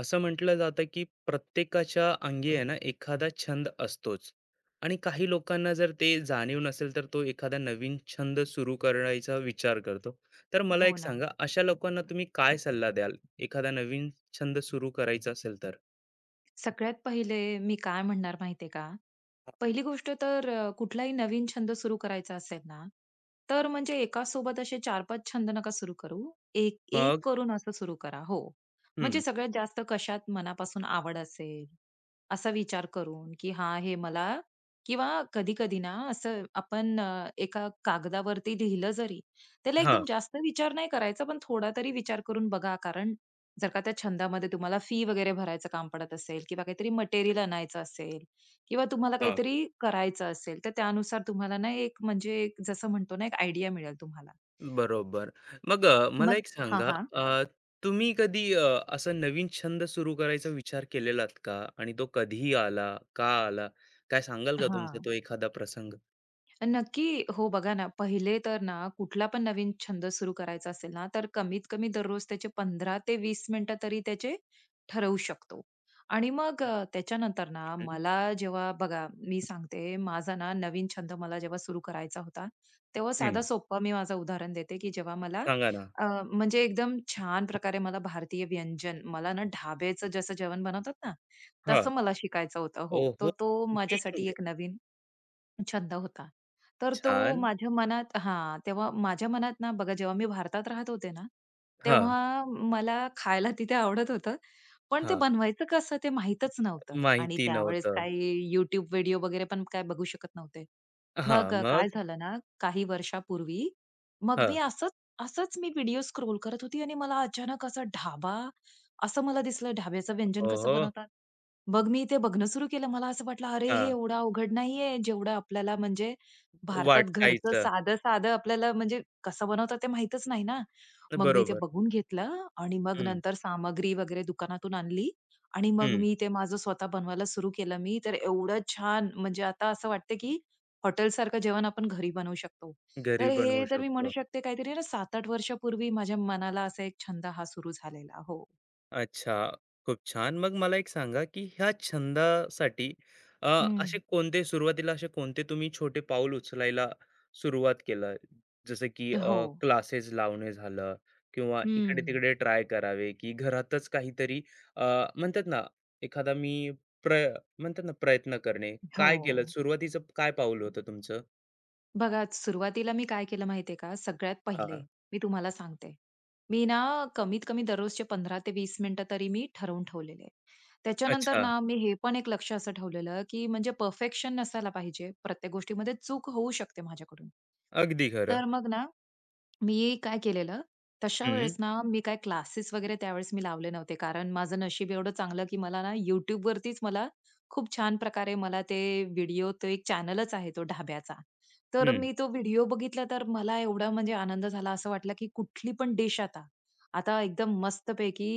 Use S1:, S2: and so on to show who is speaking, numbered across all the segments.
S1: असं म्हटलं जातं की प्रत्येकाच्या अंगी आहे ना एखादा छंद असतोच आणि काही लोकांना जर ते जाणीव नसेल तर तो एखादा नवीन छंद सुरू करायचा विचार करतो. तर मला
S2: हो
S1: एक
S2: ना.
S1: सांगा, अशा लोकांना तुम्ही काय सल्ला द्याल? एखादा नवीन छंद सुरू करायचा असेल तर?
S2: सगळ्यात पहिले मी काय म्हणणार माहितीये का? पहिली गोष्ट तर कुठलाही नवीन छंद सुरू करायचा असेल ना, तर म्हणजे एकासोबत असे 4-5 छंद नका सुरू करू. एक एक
S1: मग
S2: करून असं सुरू करा. हो. म्हणजे
S1: हम्म
S2: सगळ्यात जास्त कशात मनापासून आवड असेल, असा विचार करून, की हां, हे मला किंवा कधी-कधी ना असं आपण एका कागदावरती लिहिलं जरी, त्याला
S1: हा
S2: एकदम जास्त विचार नाही करायचा, पण थोडा तरी विचार करून बघा. कारण जर का त्या छंदामध्ये तुम्हाला फी वगैरे भरायचं काम पडत असेल किंवा काहीतरी मटेरियल आणायचं असेल किंवा तुम्हाला
S1: हा,
S2: काहीतरी करायचं असेल, तर त्यानुसार तुम्हाला ना एक म्हणजे एक जसं म्हणतो ना, एक आयडिया मिळेल तुम्हाला.
S1: बरोबर. मग मला
S2: मग
S1: एक
S2: हां,
S1: सांगा,
S2: हां.
S1: अ, तुम्ही कधी असा नवीन छंद सुरू करायचा विचार केलेलात का? आणि तो कधी आला? का आला? काय सांगाल का तुमचा
S2: हां.
S1: तो एखादा प्रसंग?
S2: नक्की. हो, बघा ना, पहिले तर ना कुठला पण नवीन छंद सुरू करायचा असेल ना, तर कमीत कमी दररोज त्याचे 15 ते 20 मिनिटं तरी त्याचे ठरवू शकतो. आणि मग त्याच्यानंतर ना
S1: हं,
S2: मला जेव्हा बघा, मी सांगते माझा ना नवीन छंद मला जेव्हा सुरू करायचा होता, तेव्हा साधा
S1: हं.
S2: सोप्पा मी माझं उदाहरण देते, की जेव्हा मला
S1: सांगा ना.
S2: अ, म्हणजे एकदम छान प्रकारे मला भारतीय व्यंजन, मला ना ढाब्याचं जसं जेवण बनवतात ना,
S1: हां.
S2: तसं मला शिकायचं होतं. हो, तर
S1: ओहो!
S2: तो माझ्यासाठी
S1: कुकिंग.
S2: एक नवीन छंद होता. तर तो
S1: छान.
S2: माझ्या मनात हां, तेव्हा माझ्या मनात ना बघा जेव्हा मी भारतात राहत होते ना,
S1: हां,
S2: तेव्हा मला खायला तिथे आवडत होतं. पण ते
S1: हां.
S2: बनवायचं कसं ते माहीतच नव्हतं आणि
S1: माहिती
S2: त्यावेळेस
S1: नव्हतं.
S2: काही YouTube व्हिडिओ वगैरे पण काय बघू शकत नव्हते.
S1: हां,
S2: मग
S1: मग?
S2: काय झालं ना काही वर्षापूर्वी मग मी
S1: हां.
S2: असंच असंच मी व्हिडिओ स्क्रोल करत होती आणि मला अचानक असा ढाबा असं मला दिसलं ढाब्याचं व्यंजन कसं
S1: ओहो!
S2: बनवतात. मग मी ते बघणं सुरू केलं. मला असं वाटलं, "अरे, हे
S1: हां.
S2: एवढं अवघड नाहीये, जेवढं आपल्याला म्हणजे भारतात घरचं
S1: वाटायचं.
S2: साधं-साधं आपल्याला म्हणजे कसं बनवतात ते माहीतच नाही ना." मग मी ते
S1: बरोबर.
S2: बघून घेतलं आणि मग
S1: हं,
S2: नंतर सामग्री वगैरे दुकानातून आणली आणि मग
S1: हं.
S2: मी ते माझं स्वतः बनवायला सुरू केलं मी. तर एवढं छान म्हणजे आता असं वाटतं, की हॉटेलसारखं जेवण आपण घरी बनवू शकतो.
S1: घरी
S2: तर
S1: बनवू
S2: हे तर मी म्हणू
S1: शकतो.
S2: शकते काहीतरी ना 7-8 वर्षापूर्वी माझ्या मनाला असा एक छंद हा सुरू झालेला. हो.
S1: अच्छा, खूप छान. मग मला एक सांगा, की ह्या छंदासाठी अ, असे
S2: हं.
S1: कोणते, सुरुवातीला असे कोणते तुम्ही छोटे पाऊल उचलायला सुरुवात केलं? जसं की
S2: हो.
S1: क्लासेस लावणे झालं किंवा
S2: हं.
S1: इकडे-तिकडे ट्राय करावे, की घरातच काहीतरी? अ, म्हणतात ना, एखादा मी प्रय म्हणतात ना, प्रयत्न करणे.
S2: हो.
S1: काय केलं? सुरुवातीचं काय पाऊल होतं तुमचं?
S2: बघा सुरुवातीला मी काय केलं माहितीये का? सगळ्यात पहिले
S1: हां.
S2: मी तुम्हाला सांगते. मी ना कमीत कमी दररोजचे 15 ते 20 मिनिटं तरी मी ठरवून ठेवलेले. त्याच्यानंतर
S1: अच्छा.
S2: ना मी हे पण एक लक्ष असं ठेवलेलं, की म्हणजे परफेक्शन नसायला पाहिजे. प्रत्येक गोष्टीमध्ये चूक होऊ शकते माझ्याकडून.
S1: अगदी खरं.
S2: तर मग ना मी काय केलेलं, तशा
S1: हं,
S2: वेळेस ना, मी काय क्लासेस वगैरे त्यावेळेस मी लावले नव्हते. कारण माझं नशीब एवढं चांगलं, की मला ना YouTube वरतीच मला खूप छान प्रकारे मला ते व्हिडिओ तो एक चॅनलच आहे तो ढाब्याचा. तर
S1: हं.
S2: मी तो व्हिडिओ बघितला, तर मला एवढा म्हणजे आनंद झाला. असं वाटलं, की कुठली पण डिश आता, आता एकदम मस्तपैकी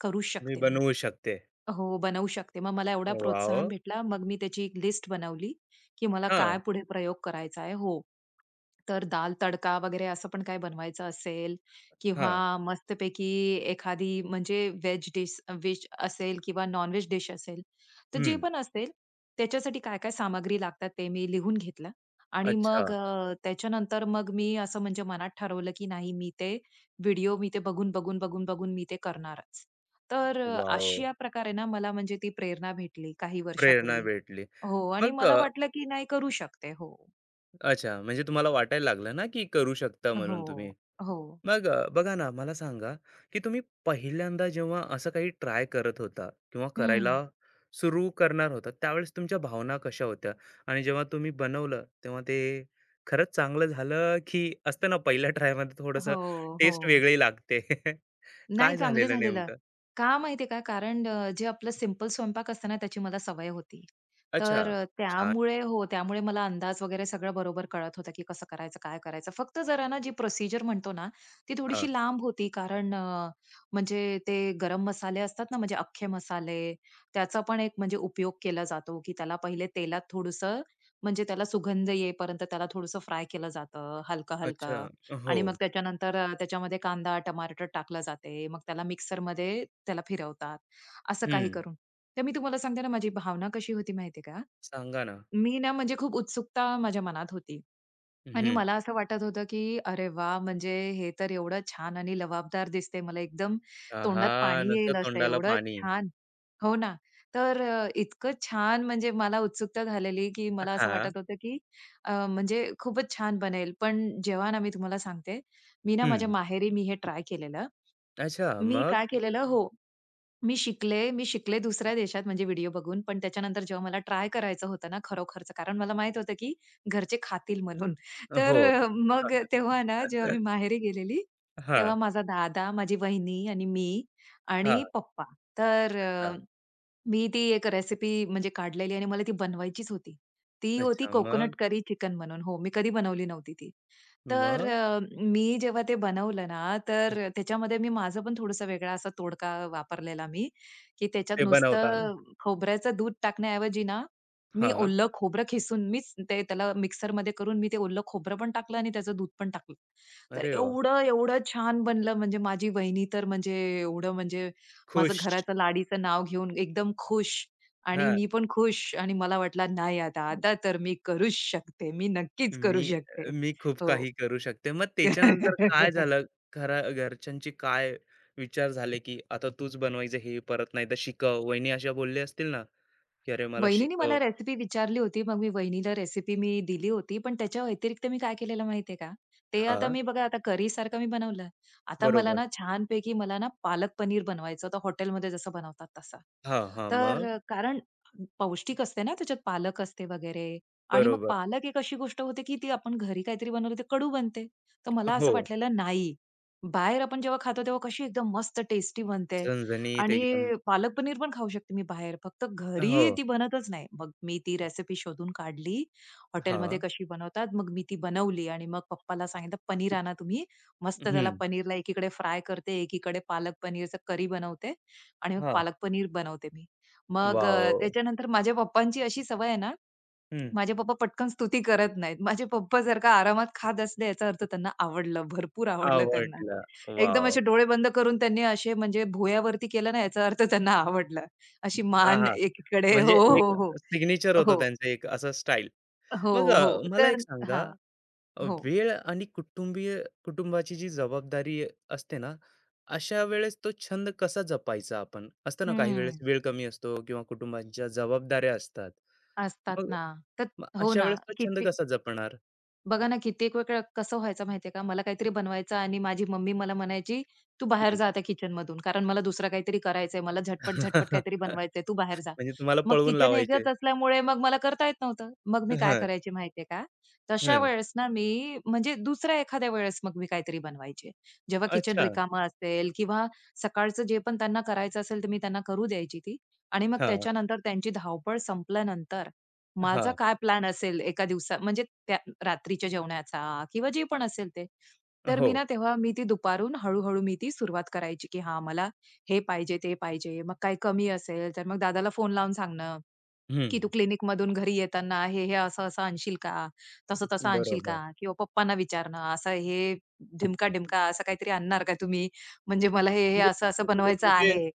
S2: करूच
S1: मी
S2: शकते मी.
S1: बनवू शकते.
S2: हो, बनवू शकते. मग मला एवढा प्रोत्साहन
S1: वॉव!
S2: भेटला. मग मी त्याची एक लिस्ट बनवली, की मला
S1: हां,
S2: काय पुढे प्रयोग करायचा आहे. हो. तर दाल तडका वगैरे असं पण काय बनवायचं असेल किंवा
S1: हां.
S2: मस्तपैकी एखादी म्हणजे व्हेज डिश व्हेज असेल किंवा नॉन-व्हेज डिश असेल, तर जे
S1: हं.
S2: पण असेल त्याच्यासाठी काय-काय सामग्री लागतात ते मी लिहून घेतलं आणि
S1: अच्छा.
S2: मग त्याच्यानंतर मग मी असं म्हणजे मनात ठरवलं, की नाही मी ते व्हिडिओ मी ते बघून, बघून, बघून, बघून मी ते करणारच. तर
S1: वॉव!
S2: अशा प्रकारे ना मला म्हणजे ती प्रेरणा भेटली काही
S1: प्रेरणा
S2: वर्षापूर्वी.
S1: भेटली.
S2: हो आणि
S1: मग
S2: मला वाटलं की नाही करू शकते. हो.
S1: अच्छा, म्हणजे तुम्हाला वाटायला लागलं ना, की करू शकता म्हणून
S2: हो.
S1: तुम्ही.
S2: हो.
S1: मग बघा ना, मला सांगा, की तुम्ही पहिल्यांदा जेव्हा असं काही ट्राय करत होता किंवा
S2: हं.
S1: करायला सुरू करणार होता, त्यावेळेस तुमच्या भावना कशा होत्या? आणि जेव्हा तुम्ही बनवलं, तेव्हा ते खरंच चांगलं झालं, की असतं ना पहिल्या ट्रायमध्ये
S2: हो,
S1: थोडंसं
S2: हो.
S1: टेस्ट वेगळी लागते.
S2: नाही
S1: काय
S2: चांगली
S1: झालेलं
S2: झालेलं.
S1: नेमकं?
S2: का माहितीये का? कारण जे आपलं सिंपल स्वयंपाक असतं ना, त्याची मला सवय होती. तर
S1: अच्छा. छान.
S2: त्यामुळे हो, त्यामुळे मला अंदाज वगैरे सगळं बरोबर कळत होतं, की कसं करायचं, काय करायचं. फक्त जरा ना जी प्रोसिजर म्हणतो ना, ती
S1: हां.
S2: थोडीशी लांब होती. कारण म्हणजे ते गरम मसाले असतात ना, म्हणजे अख्खे मसाले, त्याचा पण एक म्हणजे उपयोग केला जातो, की त्याला पहिले तेलात थोडंसं म्हणजे त्याला सुगंध येईपर्यंत त्याला थोडंसं फ्राय केलं जातं,
S1: अच्छा.
S2: हलकं-हलकं.
S1: हो.
S2: आणि मग त्याच्यानंतर त्याच्यामध्ये कांदा, टमाटर टाकला जाते. मग त्याला मिक्सरमध्ये त्याला फिरवतात, असं काही
S1: हं.
S2: करून. तर मी तुम्हाला सांगते ना, माझी भावना कशी होती माहिती आहे का?
S1: सांगा ना?
S2: मी ना म्हणजे खूप उत्सुकता माझ्या मनात होती आणि
S1: हं.
S2: मला असं वाटत होतं, की "अरे वाह! म्हणजे हे तर एवढं छान आणि लबाबदार दिसते. मला एकदम
S1: आहा!
S2: तोंडात पाणी
S1: नुसतं
S2: येईल असं
S1: तोंडाला
S2: एवढं
S1: पाणी.
S2: छान." हो ना. तर इतकं छान म्हणजे मला उत्सुकता झालेली, की मला असं
S1: हां.
S2: वाटत होतं, की म्हणजे खूपच छान बनेल. पण जेव्हा ना मी तुम्हाला सांगते, मी ना माझ्या
S1: हं.
S2: माहेरी मी हे ट्राय केलेलं.
S1: अच्छा,
S2: मी
S1: मग?
S2: काय केलेलं हो, मी शिकले, मी शिकले दुसऱ्या देशात म्हणजे व्हिडिओ बघून. पण त्याच्यानंतर जेव्हा मला ट्राय करायचं होतं ना खरोखरचं, कारण मला माहीत होतं, की घरचे खातील म्हणून. तर
S1: हो.
S2: मग तेव्हा ना जेव्हा मी माहेरी गेलेली, तेव्हा
S1: हां,
S2: माझा दादा, माझी वहिनी आणि मी
S1: हां,
S2: आणि पप्पा. तर
S1: हां.
S2: मी ती एक रेसिपी म्हणजे काढलेली आणि मला ती बनवायचीच होती. ती होती
S1: अच्छा, मग?
S2: कोकोनट करी चिकन म्हणून. हो, मी कधी बनवली नव्हती ती. तर
S1: मग?
S2: मी जेव्हा ते बनवलं ना, तर त्याच्यामध्ये मी माझा पण थोडासा वेगळा असा तोडका वापरलेला मी, की त्याच्यात
S1: ते बनवताना.
S2: नुसतं खोबऱ्याचं दूध टाकण्याऐवजी ना, मी
S1: हां.
S2: ओलं खोबरं खिसून मीच ते त्याला मिक्सरमध्ये करून मी ते ओलं खोबरं पण टाकलं आणि त्याचं दूध पण टाकलं. तर
S1: अरे वाह!
S2: एवढं, एवढं छान बनलं म्हणजे माझी वहिनी तर म्हणजे एवढं म्हणजे माझं
S1: खुश.
S2: घराचं लाडीचं नाव घेऊन एकदम खुश आणि
S1: हां.
S2: मी पण खुश आणि मला वाटलं नाही आता, आता तर मी करूच शकते. मी नक्कीच करू
S1: मी
S2: शकते.
S1: मी खूप
S2: हो.
S1: काही करू शकते. मग त्याच्यानंतर काय झालं? घरा घरच्यांचे काय विचार झाले, की आता तूच बनवायचं हे परत, नाही तर शिकव. वहिनी अशा बोलल्या असतील ना, की "अरे, मला
S2: वहिनीने
S1: शिकव."
S2: मला रेसिपी विचारली होती. मग मी वहिनीला रेसिपी मी दिली होती. पण त्याच्या व्यतिरिक्त मी काय केलेलं माहितीये का? ते आता
S1: हां.
S2: मी बघा आता करीसारखं मी बनवलं. आता मला
S1: बरोबर.
S2: ना छानपैकी मला ना पालक पनीर बनवायचं होतं हॉटेलमध्ये जसं बनवतात तसं.
S1: हां, हां.
S2: तर
S1: मग?
S2: कारण पौष्टिक असते ना त्याच्यात पालक असते वगैरे आणि मग
S1: बरोबर.
S2: पालक एक अशी गोष्ट होते, की ती आपण घरी काहीतरी बनवलं ते कडू बनते. तर मला असं
S1: हो.
S2: वाटलेलं नाही. बाहेर आपण जेव्हा खातो तेव्हा कशी एकदम मस्त टेस्टी बनते
S1: झणझणीत
S2: आणि
S1: एकदम.
S2: पालक पनीर पण खाऊ शकते मी बाहेर. फक्त
S1: हो.
S2: घरी ती बनतच नाही. मग मी ती रेसिपी शोधून काढली. हॉटेलमध्ये
S1: हां.
S2: कशी बनवतात, मग मी ती बनवली आणि मग पप्पाला सांगितलं, "पनीर आणा तुम्ही." मस्त त्याला
S1: हं.
S2: पनीरला एकीकडे फ्राय करते, एकीकडे पालक पनीरचं करी बनवते आणि मग
S1: हां.
S2: पालक पनीर बनवते मी. मग
S1: वॉव!
S2: त्याच्यानंतर माझ्या पप्पांची अशी सवय आहे ना,
S1: हं.
S2: माझे पप्पा पटकन स्तुती करत नाहीत. माझे पप्पा जर का आरामात खात असले याचा अर्थ त्यांना आवडलं, भरपूर आवडलं त्यांना.
S1: आवडला.
S2: एकदम
S1: वॉव!
S2: असे डोळे बंद करून त्यांनी असे म्हणजे भुवयावरती केलं ना याचा अर्थ त्यांना आवडलं. अशी
S1: हां,
S2: मान
S1: हां.
S2: एकीकडे
S1: म्हणजे
S2: हो,
S1: एक
S2: हो, हो.
S1: सिग्नेचर होतं
S2: हो.
S1: त्यांचं, एक असं स्टाईल.
S2: हो,
S1: मग
S2: हो.
S1: मला एक
S2: तर
S1: सांगा,
S2: हां. हो.
S1: वेळ आणि कुटुंबाची जी जबाबदारी असते ना, अशा वेळेस तो छंद कसा जपायचा आपण? असतं ना काही वेळेस
S2: हं.
S1: वेळ कमी असतो किंवा कुटुंबाच्या जबाबदाऱ्या असतात.
S2: असतात
S1: मग
S2: ना. तर
S1: मग
S2: हो
S1: अशा
S2: ना.
S1: वेळेस तो छंद
S2: किती
S1: कसा जपणार?
S2: बघा ना, कित्येक वेळा कसं व्हायचं माहितीये का, मला काहीतरी बनवायचं आणि माझी मम्मी मला म्हणायची, "तू बाहेर
S1: हं.
S2: जा आता किचनमधून, कारण मला दुसरं काहीतरी करायचंय. मला झटपट-झटपट काहीतरी बनवायचंय. तू
S1: म्हणजे
S2: बाहेर जा."
S1: तुम्हाला
S2: मग
S1: पळवून
S2: किचन
S1: लावायचे.
S2: एकच असल्यामुळे मग मला करता येत नव्हतं. मग मी काय
S1: हं,
S2: करायचे माहितीये का, तशा
S1: हं.
S2: वेळेस ना मी म्हणजे दुसऱ्या एखाद्या वेळेस मग मी काहीतरी बनवायचे. जेव्हा किचन
S1: अच्छा.
S2: रिकामं असेल किंवा सकाळचं जे पण त्यांना करायचं असेल, तर मी त्यांना करू द्यायची ती आणि मग
S1: हां,
S2: त्याच्यानंतर त्यांची धावपळ संपल्यानंतर माझा
S1: हां.
S2: काय प्लॅन असेल एका दिवसात म्हणजे त्या रात्रीच्या जेवणाचा किंवा जे पण असेल ते. तर मी
S1: हो.
S2: ना तेव्हा मी ती दुपारून हळू-हळू मी ती सुरुवात करायची, की हां, मला हे पाहिजे, ते पाहिजे. मग काही कमी असेल तर मग दादाला फोन लावून सांगणं
S1: हं.
S2: की "तू क्लिनिकमधून घरी येताना हे, हे असं-असं आणशील का? तसं-तसं आणशील
S1: बरोबर.
S2: का?" किंवा पप्पांना विचारणं, "असं हे ढिमका-ढिमका असं काहीतरी आणणार का तुम्ही? म्हणजे मला हे, हे
S1: म्हणजे
S2: असं-असं
S1: छोटे-छोटे
S2: बनवायचं
S1: तुमचे
S2: आहे."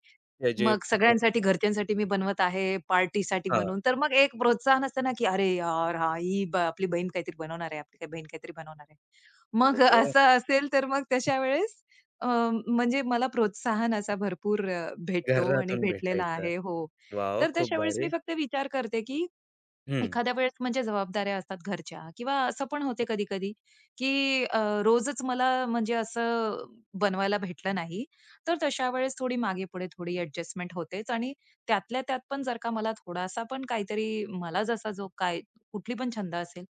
S1: हे जे
S2: मग सगळ्यांसाठी, घरच्यांसाठी मी बनवत आहे, पार्टीसाठी
S1: हां.
S2: म्हणून. तर मग एक प्रोत्साहन असतं ना, की "अरे यार! हां, ही आपली बहीण काहीतरी बनवणार आहे, आपली काही बहीण काहीतरी बनवणार आहे."
S1: हो,
S2: मग
S1: हो.
S2: असं असेल तर मग तशा वेळेस अ, म्हणजे मला प्रोत्साहन असा भरपूर भेटतो आणि
S1: घरातून
S2: भेटलेला
S1: भेटायचं.
S2: आहे. हो.
S1: वॉव!
S2: तर
S1: खूप
S2: तशा वेळेस मी
S1: भारी.
S2: फक्त विचार करते, की
S1: हं.
S2: एखाद्या वेळेस म्हणजे जबाबदाऱ्या असतात घरच्या किंवा असं पण होते
S1: हो.
S2: कधी-कधी, की रोजच मला म्हणजे असं बनवायला भेटलं नाही, तर तशा वेळेस थोडी मागे-पुढे थोडी ॲडजस्टमेंट होतेच आणि त्यातल्या त्यात पण जर का मला थोडासा पण काहीतरी मला जसा जो काय कुठली पण छंद असेल,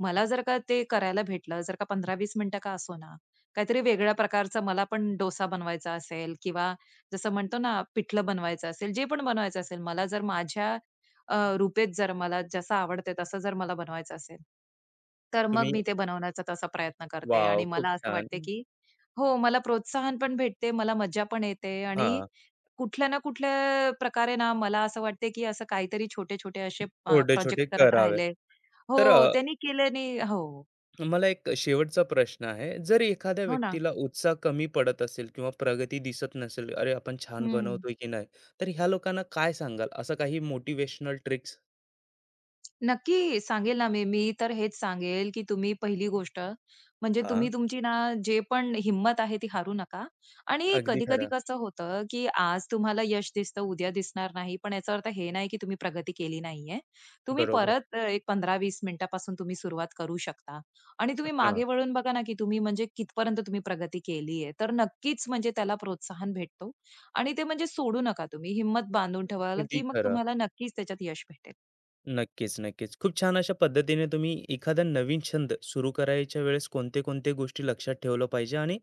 S2: मला जर का ते करायला भेटलं, जर का 15-20 मिनिटं का असोना, काहीतरी वेगळ्या प्रकारचा मला पण डोसा बनवायचा असेल किंवा जसं म्हणतो ना, पिठलं बनवायचं असेल, जे पण बनवायचं असेल, मला जर माझ्या रूपेत जर मला जसं आवडते तसं जर मला बनवायचं असेल, तर मग
S1: तुम्ही
S2: मी ते बनवण्याचा तसा प्रयत्न करते
S1: वॉव!
S2: आणि
S1: खूप
S2: मला असं वाटते,
S1: छान.
S2: की हो, मला प्रोत्साहन पण भेटते, मला मज्जा पण येते आणि
S1: हां.
S2: कुठल्या ना कुठल्या प्रकारे ना मला असं वाटते, की असं काहीतरी छोटे-छोटे असे प्रोजेक्ट
S1: छोटे-छोटे
S2: करत
S1: करावे.
S2: राहिले हो,
S1: तर
S2: त्यांनी केल्याने हो,
S1: मला एक शेवटचा प्रश्न आहे. जर एखाद्या
S2: हो ना.
S1: व्यक्तीला उत्साह कमी पडत असेल किंवा प्रगती दिसत नसेल, "अरे, आपण छान
S2: हं.
S1: बनवतोय की नाही?" तर ह्या लोकांना काय सांगाल? असं काही मोटिव्हेशनल ट्रिक्स?
S2: नक्की सांगेल ना मी. मी तर हेच सांगेल, की तुम्ही पहिली गोष्ट म्हणजे
S1: हां.
S2: तुम्ही तुमची ना जे पण हिंमत आहे ती हारू नका. आणि
S1: अगदी
S2: कधी-कधी
S1: खरं.
S2: कसं होतं, की आज तुम्हाला यश दिसतं, उद्या दिसणार नाही. पण याचा अर्थ हे नाही, की तुम्ही प्रगती केली नाहीये. तुम्ही
S1: बरोबर.
S2: परत एक 15-20 मिनिटापासून तुम्ही सुरुवात करू शकता. आणि तुम्ही
S1: हां.
S2: मागे वळून बघा ना, की तुम्ही म्हणजे कितपर्यंत तुम्ही प्रगती केलीये. तर नक्कीच म्हणजे त्याला प्रोत्साहन भेटतो. आणि ते म्हणजे सोडू नका तुम्ही. हिंमत बांधून ठेवाल,
S1: अगदी
S2: की मग
S1: खरं.
S2: तुम्हाला नक्कीच त्याच्यात यश भेटेल.
S1: नक्कीच, नक्कीच. खूप छान, अशा पद्धतीने तुम्ही एखादा नवीन छंद सुरू करायच्या वेळेस कोणते-कोणते गोष्टी लक्षात ठेवलं पाहिजे आणि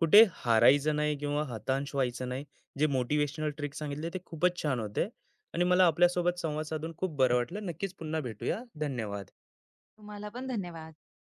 S1: कुठे हारायचं नाही किंवा हताश व्हायचं नाही. जे मोटिव्हेशनल ट्रिक सांगितले ते खूपच छान होते आणि मला आपल्यासोबत संवाद साधून खूप बरं वाटलं. नक्कीच पुन्हा भेटूया. धन्यवाद.
S2: तुम्हाला पण धन्यवाद.